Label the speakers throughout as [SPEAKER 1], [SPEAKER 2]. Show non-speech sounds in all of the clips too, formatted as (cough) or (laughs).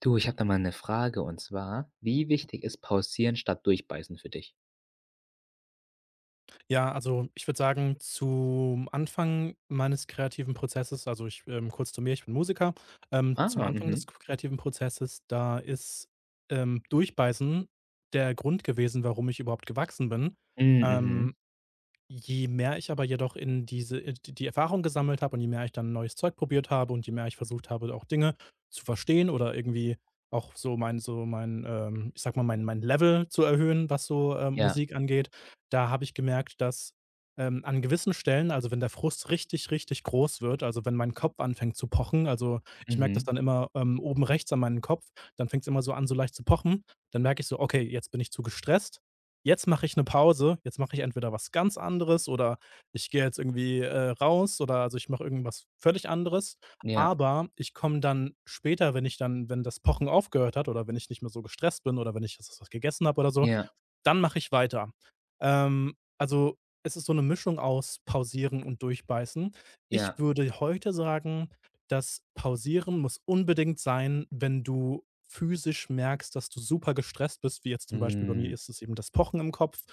[SPEAKER 1] Du, ich habe da mal eine Frage und zwar, wie wichtig ist pausieren statt durchbeißen für dich?
[SPEAKER 2] Ja, also ich würde sagen, zum Anfang meines kreativen Prozesses, also ich kurz zu mir, ich bin Musiker. Zum
[SPEAKER 1] Ah,
[SPEAKER 2] Anfang des
[SPEAKER 1] mhm.
[SPEAKER 2] kreativen Prozesses, da ist Durchbeißen der Grund gewesen, warum ich überhaupt gewachsen bin.
[SPEAKER 1] Hm,
[SPEAKER 2] Ähm,
[SPEAKER 1] mhm.
[SPEAKER 2] Je mehr ich aber jedoch in diese d die Erfahrung gesammelt habe und je mehr ich dann neues Zeug probiert habe und je mehr ich versucht habe, auch Dinge zu verstehen oder irgendwie auch so mein, ich sag mal, mein Level zu erhöhen, was so,
[SPEAKER 1] Ja.
[SPEAKER 2] Musik angeht, da habe ich gemerkt, dass an gewissen Stellen, also wenn der Frust richtig, richtig groß wird, also wenn mein Kopf anfängt zu pochen. Also, ich merke das
[SPEAKER 1] Mhm.
[SPEAKER 2] dann immer, oben rechts an meinem Kopf. Dann fängt es immer so an, so leicht zu pochen. Dann merke ich so: „Okay, jetzt bin ich zu gestresst. Jetzt mache ich eine Pause, jetzt mache ich entweder was ganz anderes oder ich gehe jetzt irgendwie raus, oder also, ich mache irgendwas völlig anderes.
[SPEAKER 1] Ja,
[SPEAKER 2] Aber ich komme dann später, wenn ich dann wenn das Pochen aufgehört hat oder wenn ich nicht mehr so gestresst bin oder wenn ich jetzt was gegessen habe oder so,
[SPEAKER 1] ja,
[SPEAKER 2] dann mache ich weiter.“ Also, es ist so eine Mischung aus Pausieren und Durchbeißen. Ich
[SPEAKER 1] ja.
[SPEAKER 2] würde heute sagen, das Pausieren muss unbedingt sein, wenn du physisch merkst, dass du super gestresst bist, wie jetzt zum Beispiel bei mir
[SPEAKER 1] Hm,
[SPEAKER 2] ist es eben das Pochen im Kopf,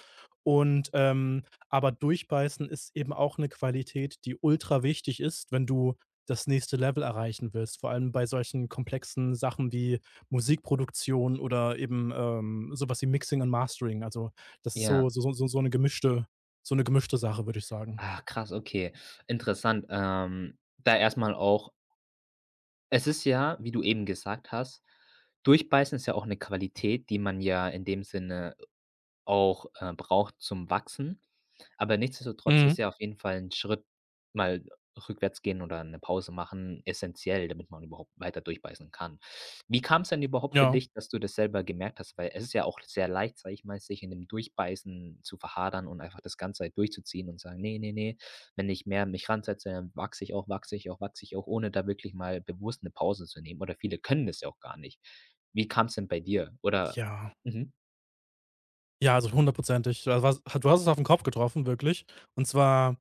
[SPEAKER 2] und, ähm aber Durchbeißen ist eben auch eine Qualität, die ultra wichtig ist, wenn du das nächste Level erreichen willst. Vor allem bei solchen komplexen Sachen wie Musikproduktion oder eben so was wie Mixing und Mastering. Also, das ist
[SPEAKER 1] ja.
[SPEAKER 2] so eine gemischte Sache, würde ich sagen.
[SPEAKER 1] Ah, krass, okay. Interessant. Da erst mal auch es ist ja, wie du eben gesagt hast, durchbeißen ist ja auch eine Qualität, die man ja in dem Sinne auch braucht zum Wachsen. Aber nichtsdestotrotz ist
[SPEAKER 2] Mhm.
[SPEAKER 1] ja auf jeden Fall ein Schritt mal rückwärts gehen oder eine Pause machen essentiell, damit man überhaupt weiter durchbeißen kann. Wie kam es denn überhaupt für
[SPEAKER 2] Ja.
[SPEAKER 1] dich, dass du das selber gemerkt hast? Weil es ist ja auch sehr leicht, sage ich mal, sich in dem Durchbeißen zu verhadern und einfach das ganze Zeit durchzuziehen und sagen: nee, nee, nee, wenn ich mehr mich ransetze, dann wachse ich auch, wachse ich auch, wachse ich auch“, ohne da wirklich mal bewusst eine Pause zu nehmen. Oder viele können das ja auch gar nicht. Wie kam es denn bei dir? Oder
[SPEAKER 2] Ja.
[SPEAKER 1] mhm,
[SPEAKER 2] Ja, also hundertprozentig. Du, was du, hast es auf den Kopf getroffen, wirklich. Und zwar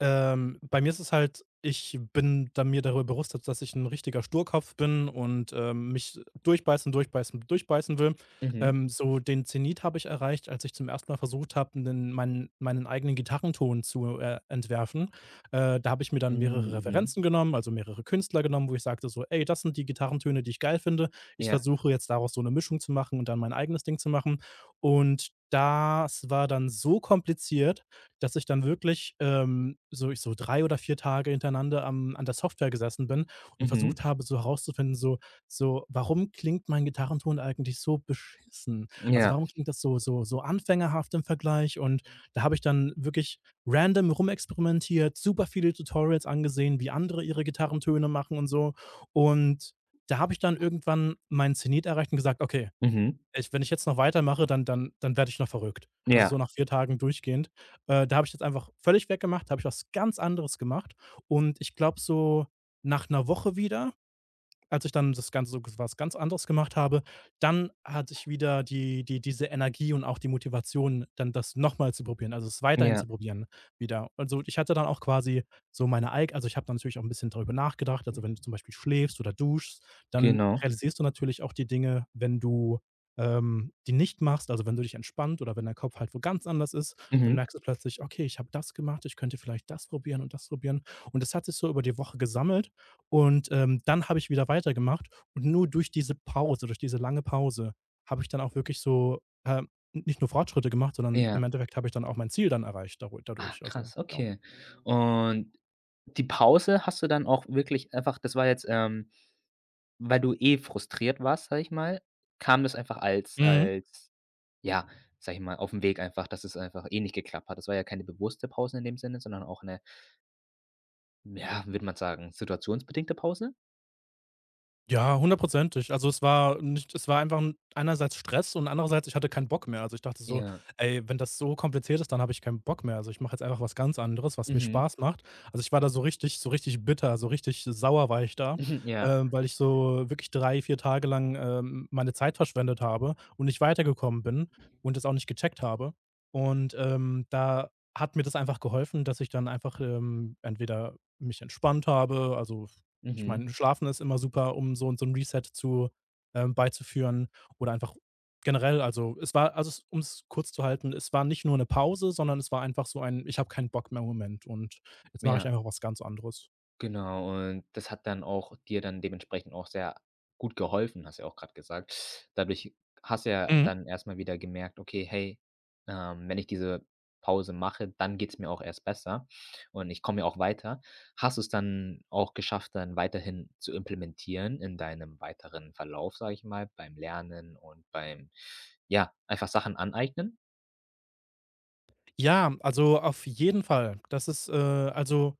[SPEAKER 2] bei mir ist es halt ich bin da mir darüber bewusst, dass ich ein richtiger Sturkopf bin und mich durchbeißen, durchbeißen, durchbeißen will.
[SPEAKER 1] mhm.
[SPEAKER 2] So den Zenit habe ich erreicht, als ich zum ersten Mal versucht habe, 'nen meinen meinen eigenen Gitarrenton zu entwerfen. Da habe ich mir dann mehrere
[SPEAKER 1] Hm, mhm.
[SPEAKER 2] Referenzen genommen, also mehrere Künstler genommen, wo ich sagte so: „Ey, das sind die Gitarrentöne, die ich geil finde. Ich
[SPEAKER 1] Ja.
[SPEAKER 2] versuche jetzt, daraus so eine Mischung zu machen und dann mein eigenes Ding zu machen.“ Und das war dann so kompliziert, dass ich dann wirklich so 3 oder 4 Tage hintereinander am an der Software gesessen bin und
[SPEAKER 1] Mhm.
[SPEAKER 2] versucht habe, so herauszufinden, so: „Warum klingt mein Gitarrenton eigentlich so beschissen? Also,
[SPEAKER 1] Ja.
[SPEAKER 2] warum klingt das so so so anfängerhaft im Vergleich?“ Und da habe ich dann wirklich random rumexperimentiert, super viele Tutorials angesehen, wie andere ihre Gitarrentöne machen und so. Und da habe ich dann irgendwann meinen Zenit erreicht und gesagt: „Okay,
[SPEAKER 1] Mhm.
[SPEAKER 2] ich wenn ich jetzt noch weitermache, dann werde ich noch verrückt. Also,
[SPEAKER 1] Ja.
[SPEAKER 2] so nach 4 Tagen durchgehend.“ Da habe ich jetzt einfach völlig weggemacht, da habe ich was ganz anderes gemacht, und ich glaube, so nach einer Woche wieder, als ich dann das Ganze, so was ganz anderes gemacht habe, dann hatte ich wieder diese Energie und auch die Motivation, dann das nochmal zu probieren, also es weiterhin
[SPEAKER 1] Ja.
[SPEAKER 2] zu probieren wieder. Also, ich hatte dann auch quasi so meine eig also, ich habe dann natürlich auch ein bisschen darüber nachgedacht. Also, wenn du zum Beispiel schläfst oder duschst, dann
[SPEAKER 1] Genau.
[SPEAKER 2] realisierst du natürlich auch die Dinge, wenn du die nicht machst. Also, wenn du dich entspannt oder wenn dein Kopf halt wo ganz anders ist, dann
[SPEAKER 1] Mhm.
[SPEAKER 2] merkst du plötzlich: „Okay, ich habe das gemacht, ich könnte vielleicht das probieren und das probieren.“ Und das hat sich so über die Woche gesammelt, und dann habe ich wieder weitergemacht, und nur durch diese lange Pause habe ich dann auch wirklich so nicht nur Fortschritte gemacht, sondern im
[SPEAKER 1] Ja.
[SPEAKER 2] Endeffekt habe ich dann auch mein Ziel dann erreicht daru
[SPEAKER 1] Ah,
[SPEAKER 2] dadurch, also
[SPEAKER 1] krass,
[SPEAKER 2] ja.
[SPEAKER 1] okay. Und die Pause hast du dann auch wirklich einfach, das war jetzt, weil du eh frustriert warst, sage ich mal, kam das einfach als
[SPEAKER 2] Mhm.
[SPEAKER 1] als ja, sage ich mal, aufm Weg einfach, dass es einfach eh nicht geklappt hat. Das war ja keine bewusste Pause in dem Sinne, sondern auch 'ne, ja, würde man sagen, situationsbedingte Pause?
[SPEAKER 2] Ja, hundertprozentig. Also, es war nicht es war einfach 'n einerseits Stress und andererseits, ich hatte keinen Bock mehr. Also, ich dachte so:
[SPEAKER 1] Ja.
[SPEAKER 2] „Ey, wenn das so kompliziert ist, dann habe ich keinen Bock mehr. Also, ich mache jetzt einfach was ganz anderes, was mir
[SPEAKER 1] Mhm.
[SPEAKER 2] Spaß macht.“ Also, ich war da so richtig, so richtig bitter, so richtig sauer war ich
[SPEAKER 1] (laughs)
[SPEAKER 2] da,
[SPEAKER 1] Mhm. Ja.
[SPEAKER 2] weil ich so wirklich 3, 4 Tage lang meine Zeit verschwendet habe und nicht weitergekommen bin und das auch nicht gecheckt habe. Und da hat mir das einfach geholfen, dass ich dann einfach entweder mich entspannt habe, also ich
[SPEAKER 1] Mhm.
[SPEAKER 2] meine, Schlafen ist immer super, um so 'n Reset zu beizuführen oder einfach generell. Also, es um's kurz zu halten, es war nicht nur 'ne Pause, sondern es war einfach so ein: „Ich habe keinen Bock mehr im Moment, und jetzt mache ich
[SPEAKER 1] Ja.
[SPEAKER 2] einfach was ganz anderes.“
[SPEAKER 1] Genau, und das hat dann auch dir dann dementsprechend auch sehr gut geholfen, hast du ja auch gerade gesagt. Dadurch hast du ja
[SPEAKER 2] Mhm.
[SPEAKER 1] dann erstmal wieder gemerkt: „Okay, hey, wenn ich diese Pause mache, dann geht's mir auch erst besser und ich komme ja auch weiter.“ Hast du es dann auch geschafft, dann weiterhin zu implementieren in deinem weiteren Verlauf, sage ich mal, beim Lernen und beim, ja, einfach Sachen aneignen?
[SPEAKER 2] Ja, also auf jeden Fall. Das ist also,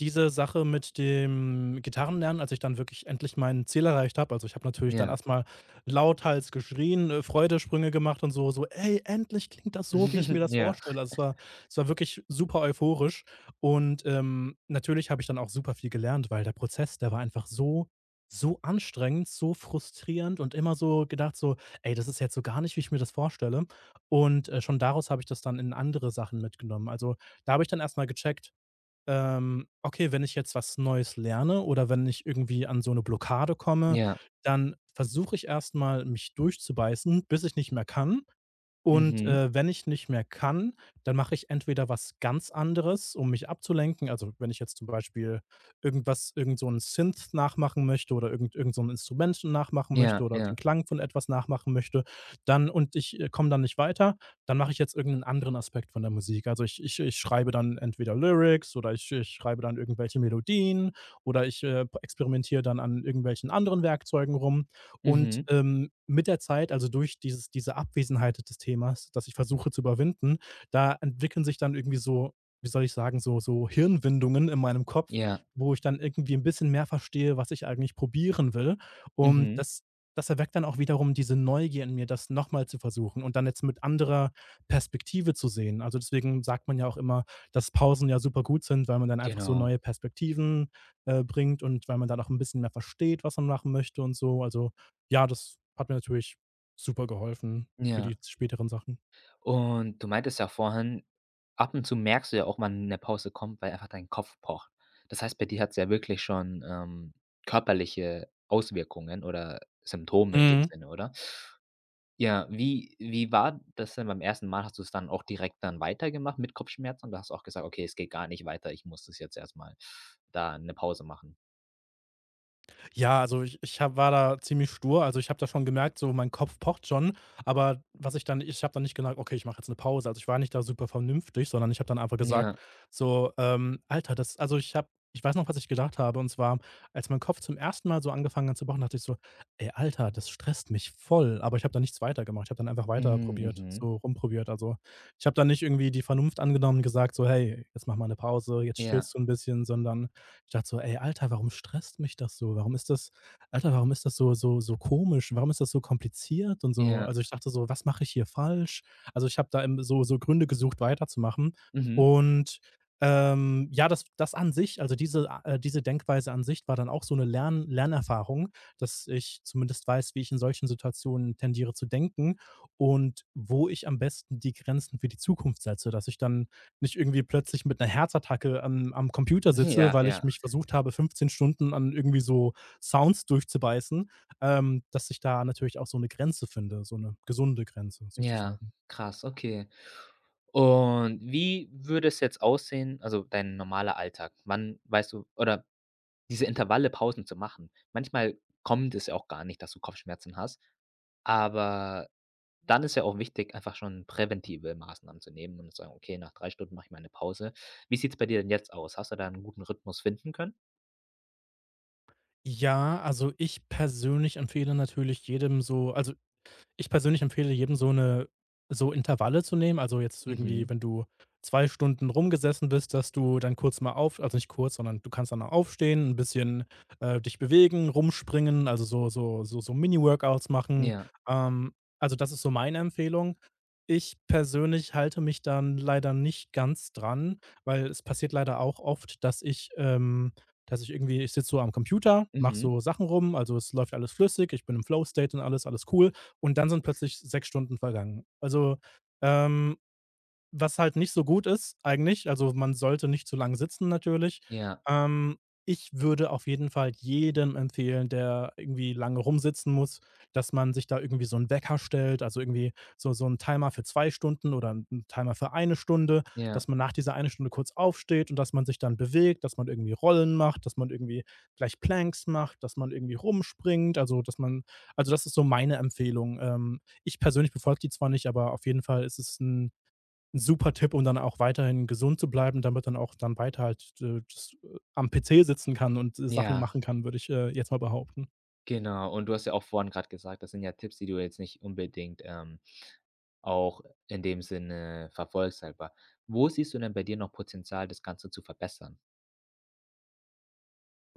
[SPEAKER 2] diese Sache mit dem Gitarrenlernen, als ich dann wirklich endlich mein Ziel erreicht habe, also ich habe natürlich dann
[SPEAKER 1] Ja.
[SPEAKER 2] erstmal mal lauthals geschrien, Freudensprünge gemacht und so so: „Ey, endlich klingt das so, wie ich mir
[SPEAKER 1] (laughs)
[SPEAKER 2] das
[SPEAKER 1] Ja,
[SPEAKER 2] vorstelle.“ Also, es war wirklich super euphorisch, und natürlich habe ich dann auch super viel gelernt, weil der Prozess, der war einfach so so anstrengend, so frustrierend, und immer so gedacht, so: „Ey, das ist jetzt so gar nicht, wie ich mir das vorstelle.“ Und schon daraus habe ich das dann in andere Sachen mitgenommen. Also, da habe ich dann erstmal gecheckt, okay, wenn ich jetzt was Neues lerne oder wenn ich irgendwie an so eine Blockade komme,
[SPEAKER 1] ja,
[SPEAKER 2] dann versuche ich erstmal, mich durchzubeißen, bis ich nicht mehr kann. Und
[SPEAKER 1] mhm,
[SPEAKER 2] wenn ich nicht mehr kann, dann mache ich entweder was ganz anderes, um mich abzulenken. Also, wenn ich jetzt zum Beispiel irgend so 'n Synth nachmachen möchte oder irgend so 'n Instrument nachmachen möchte
[SPEAKER 1] ja,
[SPEAKER 2] oder den
[SPEAKER 1] ja,
[SPEAKER 2] Klang von etwas nachmachen möchte, dann und ich komme dann nicht weiter, dann mache ich jetzt irgendeinen anderen Aspekt von der Musik. Also, ich schreibe dann entweder Lyrics oder ich schreibe dann irgendwelche Melodien oder ich experimentiere dann an irgendwelchen anderen Werkzeugen rum. Und
[SPEAKER 1] mhm,
[SPEAKER 2] mit der Zeit, also durch diese Abwesenheit des Themas, das ich versuche zu überwinden, da entwickeln sich dann irgendwie so, wie soll ich sagen, so so Hirnwindungen in meinem Kopf,
[SPEAKER 1] ja,
[SPEAKER 2] wo ich dann irgendwie ein bisschen mehr verstehe, was ich eigentlich probieren will. Und
[SPEAKER 1] mhm.
[SPEAKER 2] das erweckt dann auch wiederum diese Neugier in mir, das nochmal zu versuchen und dann jetzt mit anderer Perspektive zu sehen. Also, deswegen sagt man ja auch immer, dass Pausen ja super gut sind, weil man dann einfach so
[SPEAKER 1] Genau,
[SPEAKER 2] neue Perspektiven bringt und weil man dann auch ein bisschen mehr versteht, was man machen möchte und so. Also, ja, das hat mir natürlich super geholfen für die
[SPEAKER 1] ja.
[SPEAKER 2] späteren Sachen.
[SPEAKER 1] Und du meintest ja vorhin, ab und zu merkst du ja auch, wann eine Pause kommt, weil einfach dein Kopf pocht. Das heißt, bei dir hat es ja wirklich schon körperliche Auswirkungen oder Symptome in dem
[SPEAKER 2] Mhm.
[SPEAKER 1] Sinne, oder? Ja, wie war das denn beim ersten Mal? Hast du es dann auch direkt dann weitergemacht mit Kopfschmerzen? Und du hast auch gesagt: „Okay, es geht gar nicht weiter, ich muss das jetzt erst mal da eine Pause machen?“
[SPEAKER 2] Ja, also ich ich habe war da ziemlich stur. Also, ich habe da schon gemerkt, so mein Kopf pocht schon, aber was ich dann ich habe dann nicht gesagt: „Okay, ich mache jetzt eine Pause.“ Also, ich war nicht da super vernünftig, sondern ich habe dann einfach gesagt
[SPEAKER 1] Ja,
[SPEAKER 2] so: „Alter, das“, also, ich weiß noch, was ich gedacht habe, und zwar, als mein Kopf zum ersten Mal so angefangen hat zu pochen, dachte ich so: „Ey, Alter, das stresst mich voll.“ Aber ich habe da nichts weitergemacht. Ich habe dann einfach weiter
[SPEAKER 1] hm,
[SPEAKER 2] probiert,
[SPEAKER 1] mhm.
[SPEAKER 2] so rumprobiert. Also, ich habe da nicht irgendwie die Vernunft angenommen und gesagt so: „Hey, jetzt mach mal eine Pause, jetzt
[SPEAKER 1] Ja,
[SPEAKER 2] chillst du ein bisschen“, sondern ich dachte so: „Ey, Alter, warum stresst mich das so? Warum ist das Alter, warum ist das so so so komisch? Warum ist das so kompliziert?“ Und so,
[SPEAKER 1] ja,
[SPEAKER 2] also, ich dachte so: „Was mache ich hier falsch?“ Also, ich habe da im so so Gründe gesucht, weiterzumachen.
[SPEAKER 1] mhm.
[SPEAKER 2] Und ja, das an sich, also diese diese Denkweise an sich war dann auch so eine Lernerfahrung, dass ich zumindest weiß, wie ich in solchen Situationen tendiere zu denken und wo ich am besten die Grenzen für die Zukunft setze, dass ich dann nicht irgendwie plötzlich mit einer Herzattacke am Computer
[SPEAKER 1] (laughs)
[SPEAKER 2] sitze,
[SPEAKER 1] Ja,
[SPEAKER 2] weil ich
[SPEAKER 1] ja.
[SPEAKER 2] mich versucht habe, 15 Stunden an irgendwie so Sounds durchzubeißen, dass ich da natürlich auch so eine Grenze finde, so eine gesunde Grenze
[SPEAKER 1] Ja,
[SPEAKER 2] sozusagen.
[SPEAKER 1] krass, okay. Und wie würde es jetzt aussehen, also dein normaler Alltag? Wann weißt du oder diese Intervalle, Pausen zu machen. Manchmal kommt es ja auch gar nicht, dass du Kopfschmerzen hast, aber dann ist ja auch wichtig, einfach schon präventive Maßnahmen zu nehmen und zu sagen: „Okay, nach 3 Stunden mache ich mal 'ne Pause.“ Wie sieht's bei dir denn jetzt aus? Hast du da einen guten Rhythmus finden können?
[SPEAKER 2] Ja, also ich persönlich empfehle jedem so Intervalle zu nehmen. Also, jetzt irgendwie,
[SPEAKER 1] Mhm.
[SPEAKER 2] wenn du 2 Stunden rumgesessen bist, dass du dann kurz mal auf also, nicht kurz, sondern du kannst dann mal aufstehen, ein bisschen, dich bewegen, rumspringen, also, so Mini-Workouts machen.
[SPEAKER 1] Ja.
[SPEAKER 2] Ähm, also, das ist so meine Empfehlung. Ich persönlich halte mich dann leider nicht ganz dran, weil es passiert leider auch oft, dass ich irgendwie ich sitze so am Computer, mache
[SPEAKER 1] Mhm.
[SPEAKER 2] so Sachen rum, also, es läuft alles flüssig, ich bin im Flow-State und alles, alles cool und dann sind plötzlich 6 Stunden vergangen. Also, ähm, was halt nicht so gut ist eigentlich, also man sollte nicht zu lang sitzen natürlich.
[SPEAKER 1] Ja.
[SPEAKER 2] Ähm, ich würde auf jeden Fall jedem empfehlen, der irgendwie lange rumsitzen muss, dass man sich da irgendwie so 'n Wecker stellt, also irgendwie so 'n Timer für 2 Stunden oder 'n Timer für eine Stunde,
[SPEAKER 1] Ja.
[SPEAKER 2] dass man nach dieser eine Stunde kurz aufsteht und dass man sich dann bewegt, dass man irgendwie Rollen macht, dass man irgendwie vielleicht Planks macht, dass man irgendwie rumspringt, also das ist so meine Empfehlung. Ich persönlich befolge die zwar nicht, aber auf jeden Fall ist es 'n super Tipp, um dann auch weiterhin gesund zu bleiben, damit dann auch dann weiter halt, das am PC sitzen kann und, Sachen
[SPEAKER 1] Ja.
[SPEAKER 2] machen kann, würde ich, jetzt mal behaupten.
[SPEAKER 1] Genau, und du hast ja auch vorhin gerade gesagt, das sind ja Tipps, die du jetzt nicht unbedingt auch in dem Sinne verfolgst selber. Wo siehst du denn bei dir noch Potenzial, das Ganze zu verbessern?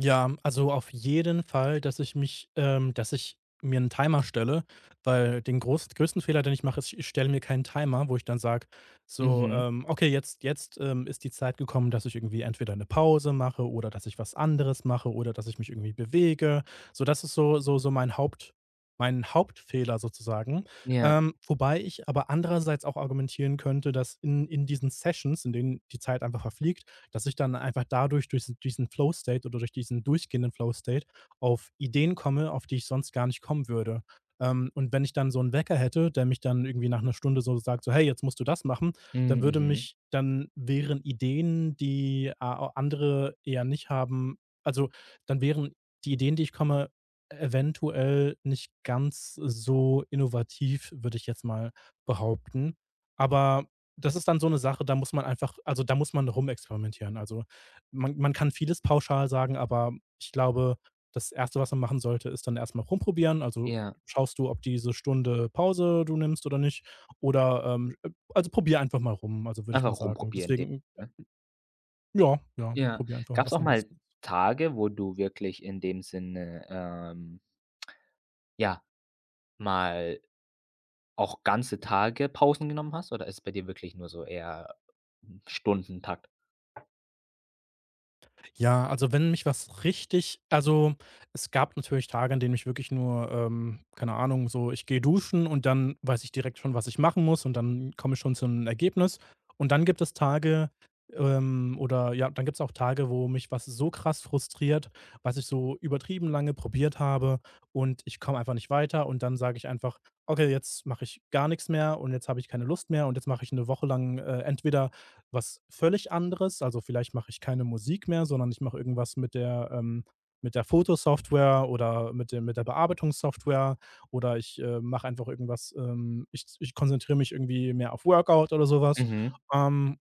[SPEAKER 2] Ja, also auf jeden Fall, dass ich mich dass ich mir einen Timer stelle, weil den groß größten Fehler, den ich mache, ist, ich stelle mir keinen Timer, wo ich dann sage, so,
[SPEAKER 1] Mhm.
[SPEAKER 2] „Okay, jetzt ist die Zeit gekommen, dass ich irgendwie entweder eine Pause mache oder dass ich was anderes mache oder dass ich mich irgendwie bewege.“ So, das ist so mein Haupt mein Hauptfehler sozusagen.
[SPEAKER 1] Ja.
[SPEAKER 2] Wobei ich aber andererseits auch argumentieren könnte, dass in diesen Sessions, in denen die Zeit einfach verfliegt, dass ich dann einfach dadurch, durch diesen Flow State oder durch diesen durchgehenden Flow State auf Ideen komme, auf die ich sonst gar nicht kommen würde. Und wenn ich dann so einen Wecker hätte, der mich dann irgendwie nach einer Stunde so sagt, so: „Hey, jetzt musst du das machen“, dann
[SPEAKER 1] Mhm,
[SPEAKER 2] würde
[SPEAKER 1] mhm.
[SPEAKER 2] mich dann wären Ideen, die a andere eher nicht haben also, dann wären die Ideen, die ich komme, eventuell nicht ganz so innovativ, würde ich jetzt mal behaupten. Aber das ist dann so eine Sache, da muss man einfach also, da muss man rumexperimentieren. Also, man kann vieles pauschal sagen, aber ich glaube, das erste, was man machen sollte, ist dann erst mal rumprobieren. Also,
[SPEAKER 1] Ja.
[SPEAKER 2] schaust du, ob diese Stunde Pause du nimmst oder nicht oder, also, probier einfach mal rum, also, würde ich mal
[SPEAKER 1] Einfach
[SPEAKER 2] sagen.
[SPEAKER 1] rumprobieren in dem,
[SPEAKER 2] Deswegen
[SPEAKER 1] ne?
[SPEAKER 2] ja, ja,
[SPEAKER 1] Ja.
[SPEAKER 2] probier einfach mal
[SPEAKER 1] Gab's
[SPEAKER 2] was
[SPEAKER 1] auch
[SPEAKER 2] am
[SPEAKER 1] mal
[SPEAKER 2] besten.
[SPEAKER 1] Tage, wo du wirklich in dem Sinne ja, mal auch ganze Tage Pausen genommen hast, oder ist es bei dir wirklich nur so eher Stundentakt?
[SPEAKER 2] Ja, also wenn mich was richtig also, es gab natürlich Tage, an denen ich wirklich nur, keine Ahnung, so ich gehe duschen und dann weiß ich direkt schon, was ich machen muss und dann komme ich schon zu einem Ergebnis. Und dann gibt es Tage, oder ja, dann gibt es auch Tage, wo mich was so krass frustriert, was ich so übertrieben lange probiert habe und ich komme einfach nicht weiter und dann sage ich einfach: „Okay, jetzt mache ich gar nichts mehr und jetzt habe ich keine Lust mehr und jetzt mache ich eine Woche lang, entweder was völlig anderes. Also, vielleicht mache ich keine Musik mehr, sondern ich mache irgendwas mit der Fotosoftware oder mit dem mit der Bearbeitungssoftware oder ich, mache einfach irgendwas, ich konzentriere mich irgendwie mehr auf Workout oder sowas.
[SPEAKER 1] Mhm.
[SPEAKER 2] Ähm,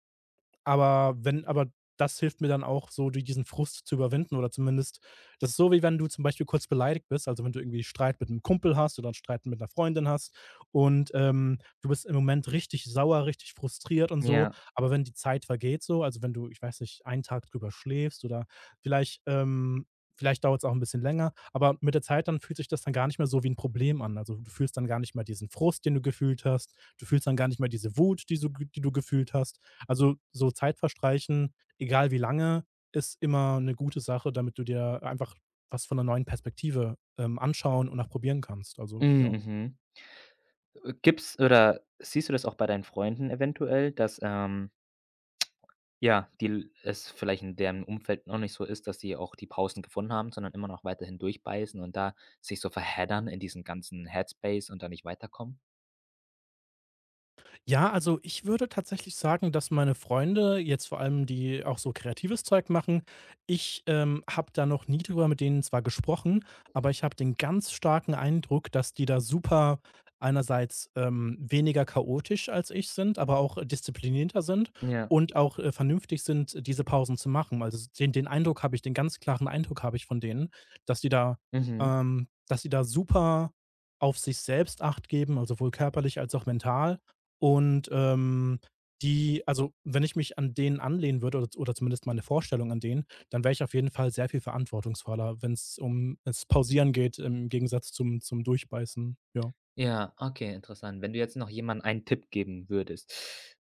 [SPEAKER 2] aber wenn aber das hilft mir dann auch so, die diesen Frust zu überwinden oder zumindest das ist so, wie wenn du zum Beispiel kurz beleidigt bist, also wenn du irgendwie Streit mit einem Kumpel hast oder einen Streit mit einer Freundin hast und, du bist im Moment richtig sauer, richtig frustriert und so,
[SPEAKER 1] Ja.
[SPEAKER 2] aber wenn die Zeit vergeht so, also wenn du, ich weiß nicht, einen Tag drüber schläfst oder vielleicht, ähm vielleicht dauert es auch ein bisschen länger, aber mit der Zeit dann fühlt sich das dann gar nicht mehr so wie ein Problem an. Also, du fühlst dann gar nicht mehr diesen Frust, den du gefühlt hast. Du fühlst dann gar nicht mehr diese Wut, die du gefühlt hast, also, so Zeit verstreichen, egal wie lange, ist immer 'ne gute Sache, damit du dir einfach was von 'ner neuen Perspektive, anschauen und auch probieren kannst. Also,
[SPEAKER 1] Mhm,
[SPEAKER 2] ja.
[SPEAKER 1] mhm. Gibt's oder siehst du das auch bei deinen Freunden eventuell, dass ja, die l es vielleicht in deren Umfeld noch nicht so ist, dass sie auch die Pausen gefunden haben, sondern immer noch weiterhin durchbeißen und da sich so verheddern in diesen ganzen Headspace und da nicht weiterkommen?
[SPEAKER 2] Ja, also ich würde tatsächlich sagen, dass meine Freunde, jetzt vor allem die auch so kreatives Zeug machen, ich habe da noch nie drüber mit denen zwar gesprochen, aber ich habe den ganz starken Eindruck, dass die da super einerseits weniger chaotisch als ich sind, aber auch disziplinierter sind
[SPEAKER 1] Ja.
[SPEAKER 2] und auch vernünftig sind, diese Pausen zu machen. Also den, den Eindruck habe ich, den ganz klaren Eindruck habe ich von denen, dass die da,
[SPEAKER 1] Mhm.
[SPEAKER 2] dass die da super auf sich selbst Acht geben, also sowohl körperlich als auch mental und, die also, wenn ich mich an denen anlehnen würde oder zumindest meine Vorstellung an denen, dann wäre ich auf jeden Fall sehr viel verantwortungsvoller, wenn es um das Pausieren geht im Gegensatz zum Durchbeißen, ja.
[SPEAKER 1] Ja, okay, interessant. Wenn du jetzt noch jemandem einen Tipp geben würdest,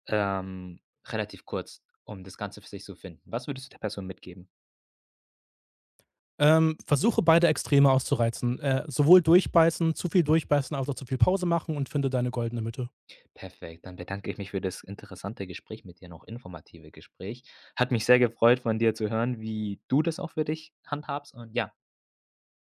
[SPEAKER 1] ähm, relativ kurz, um das Ganze für sich zu finden, was würdest du der Person mitgeben?
[SPEAKER 2] Versuche beide Extreme auszureizen, sowohl durchbeißen zu viel durchbeißen als auch zu viel Pause machen und finde deine goldene Mitte.
[SPEAKER 1] Perfekt, dann bedanke ich mich für das interessante Gespräch mit dir, noch informative Gespräch. Hat mich sehr gefreut, von dir zu hören, wie du das auch für dich handhabst, und ja.